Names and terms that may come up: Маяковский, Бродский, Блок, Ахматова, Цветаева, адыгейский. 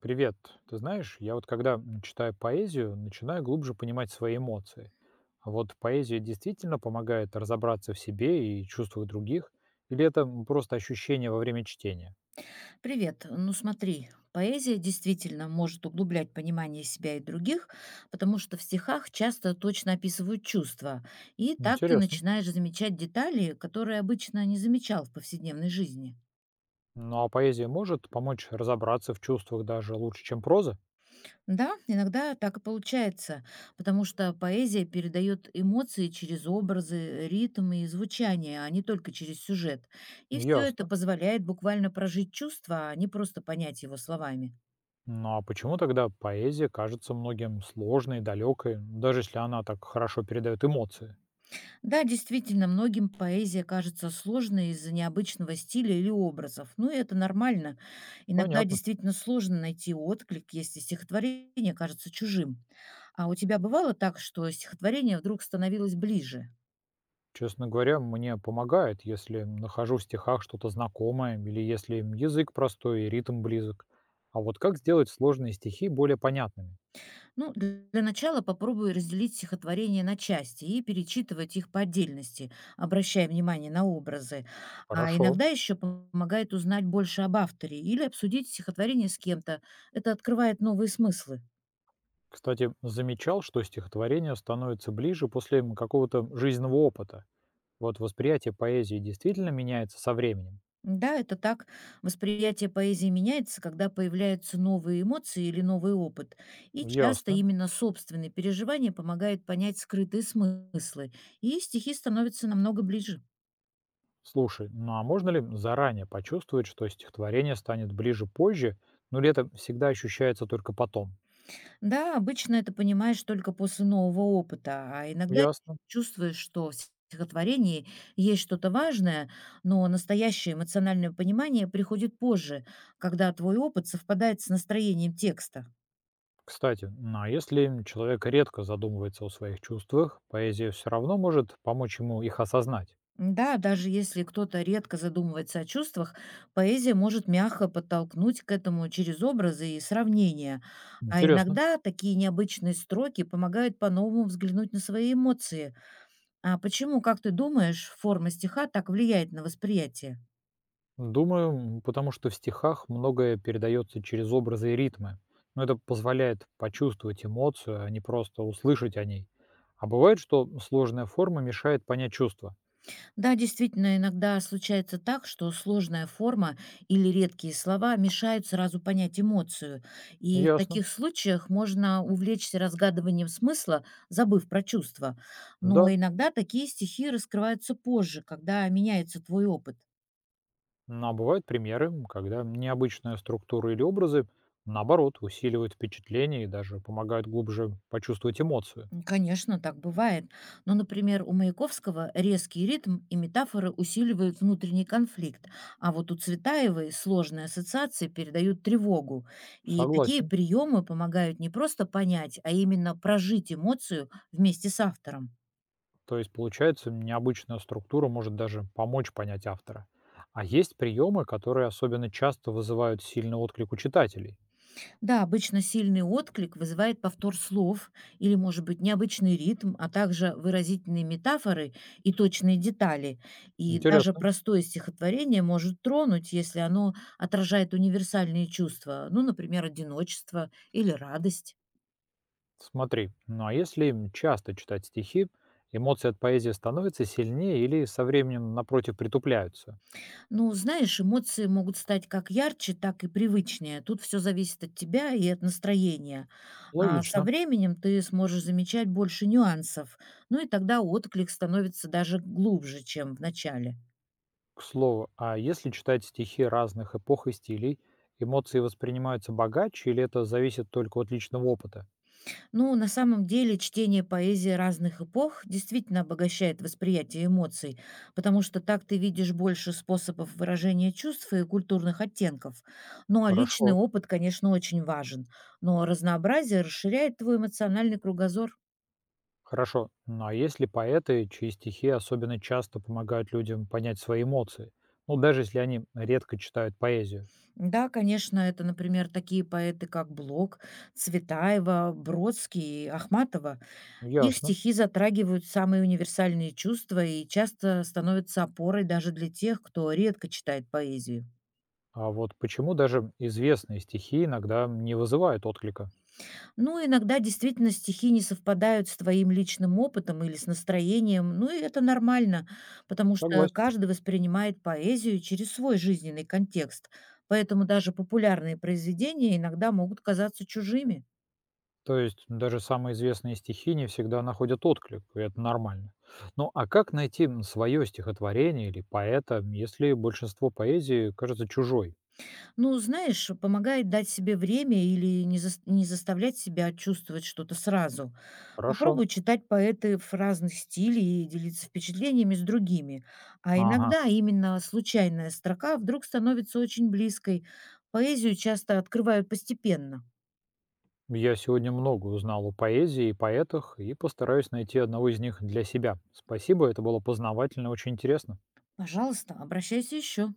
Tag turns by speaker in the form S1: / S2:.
S1: Привет. Ты знаешь, я вот когда читаю поэзию, начинаю глубже понимать свои эмоции. А вот поэзия действительно помогает разобраться в себе и чувствах других, или это просто ощущение во время чтения?
S2: Привет. Ну смотри, поэзия действительно может углублять понимание себя и других, потому что в стихах часто точно описывают чувства. И так ты
S1: Интересно.
S2: начинаешь замечать детали, которые обычно не замечал в повседневной жизни.
S1: Ну а поэзия может помочь разобраться в чувствах даже лучше, чем проза?
S2: Да, иногда так и получается, потому что поэзия передает эмоции через образы, ритм и звучание, а не только через сюжет. И все это
S1: Ясно.
S2: позволяет буквально прожить чувство, а не просто понять его словами.
S1: Ну а почему тогда поэзия кажется многим сложной, далекой, даже если она так хорошо передает эмоции?
S2: Да, действительно, многим поэзия кажется сложной из-за необычного стиля или образов. Ну, и это нормально. Иногда
S1: Понятно.
S2: действительно сложно найти отклик, если стихотворение кажется чужим. А у тебя бывало так, что стихотворение вдруг становилось ближе?
S1: Честно говоря, мне помогает, если нахожу в стихах что-то знакомое или если им язык простой и ритм близок. А вот как сделать сложные стихи более понятными?
S2: Ну, для начала попробуй разделить стихотворение на части и перечитывать их по отдельности, обращая внимание на образы. А
S1: Хорошо.
S2: иногда еще помогает узнать больше об авторе или обсудить стихотворение с кем-то. Это открывает новые смыслы.
S1: Кстати, замечал, что стихотворение становится ближе после какого-то жизненного опыта. Вот восприятие поэзии действительно меняется со временем.
S2: Да, это так. Восприятие поэзии меняется, когда появляются новые эмоции или новый опыт. И часто
S1: Ясно.
S2: именно собственные переживания помогают понять скрытые смыслы. И стихи становятся намного ближе.
S1: Слушай, ну а можно ли заранее почувствовать, что стихотворение станет ближе позже, но ли это всегда ощущается только потом?
S2: Да, обычно это понимаешь только после нового опыта, а иногда
S1: Ясно.
S2: чувствуешь, что в стихотворении есть что-то важное, но настоящее эмоциональное понимание приходит позже, когда твой опыт совпадает с настроением текста.
S1: Кстати, ну, а если человек редко задумывается о своих чувствах, поэзия все равно может помочь ему их осознать.
S2: Да, даже если кто-то редко задумывается о чувствах, поэзия может мягко подтолкнуть к этому через образы и сравнения. А
S1: Интересно.
S2: иногда такие необычные строки помогают по-новому взглянуть на свои эмоции. А почему, как ты думаешь, форма стиха так влияет на восприятие?
S1: Думаю, потому что в стихах многое передается через образы и ритмы. Но это позволяет почувствовать эмоцию, а не просто услышать о ней. А бывает, что сложная форма мешает понять чувства.
S2: Да, действительно, иногда случается так, что сложная форма или редкие слова мешают сразу понять эмоцию. И в
S1: Ясно.
S2: таких случаях можно увлечься разгадыванием смысла, забыв про чувства. Но
S1: Да.
S2: иногда такие стихи раскрываются позже, когда меняется твой опыт.
S1: Ну, а бывают примеры, когда необычная структура или образы, наоборот, усиливают впечатление и даже помогают глубже почувствовать эмоцию.
S2: Конечно, так бывает. Но, например, у Маяковского резкий ритм и метафоры усиливают внутренний конфликт, а вот у Цветаевой сложные ассоциации передают тревогу. И такие
S1: Согласен.
S2: приемы помогают не просто понять, а именно прожить эмоцию вместе с автором.
S1: То есть, получается, необычная структура может даже помочь понять автора. А есть приемы, которые особенно часто вызывают сильный отклик у читателей.
S2: Да, обычно сильный отклик вызывает повтор слов или, может быть, необычный ритм, а также выразительные метафоры и точные детали. И даже
S1: Интересно.
S2: простое стихотворение может тронуть, если оно отражает универсальные чувства, ну, например, одиночество или радость.
S1: Смотри, ну а если часто читать стихи, эмоции от поэзии становятся сильнее или со временем, напротив, притупляются?
S2: Ну, знаешь, эмоции могут стать как ярче, так и привычнее. Тут все зависит от тебя и от настроения. А со
S1: Логично.
S2: временем ты сможешь замечать больше нюансов. Ну и тогда отклик становится даже глубже, чем в начале.
S1: К слову, а если читать стихи разных эпох и стилей, эмоции воспринимаются богаче или это зависит только от личного опыта?
S2: Ну, на самом деле, чтение поэзии разных эпох действительно обогащает восприятие эмоций, потому что так ты видишь больше способов выражения чувств и культурных оттенков. Ну а личный
S1: Хорошо.
S2: опыт, конечно, очень важен, но разнообразие расширяет твой эмоциональный кругозор.
S1: Хорошо. Ну а есть ли поэты, чьи стихи особенно часто помогают людям понять свои эмоции? Ну, даже если они редко читают поэзию.
S2: Да, конечно, это, например, такие поэты, как Блок, Цветаева, Бродский, Ахматова. Их
S1: Ясно.
S2: стихи затрагивают самые универсальные чувства и часто становятся опорой даже для тех, кто редко читает поэзию.
S1: А вот почему даже известные стихи иногда не вызывают отклика?
S2: Ну, иногда действительно стихи не совпадают с твоим личным опытом или с настроением. Ну, и это нормально, потому что
S1: Согласен.
S2: каждый воспринимает поэзию через свой жизненный контекст. Поэтому даже популярные произведения иногда могут казаться чужими.
S1: То есть даже самые известные стихи не всегда находят отклик, и это нормально. Ну а как найти свое стихотворение или поэта, если большинство поэзии кажется чужой?
S2: Ну, знаешь, помогает дать себе время или не заставлять себя чувствовать что-то сразу.
S1: Хорошо.
S2: Попробуй читать поэтов разных стилей и делиться впечатлениями с другими. А
S1: Ага.
S2: иногда именно случайная строка вдруг становится очень близкой. Поэзию часто открывают постепенно.
S1: Я сегодня много узнал о поэзии и поэтах и постараюсь найти одного из них для себя. Спасибо, это было познавательно, очень интересно.
S2: Пожалуйста, обращайся еще.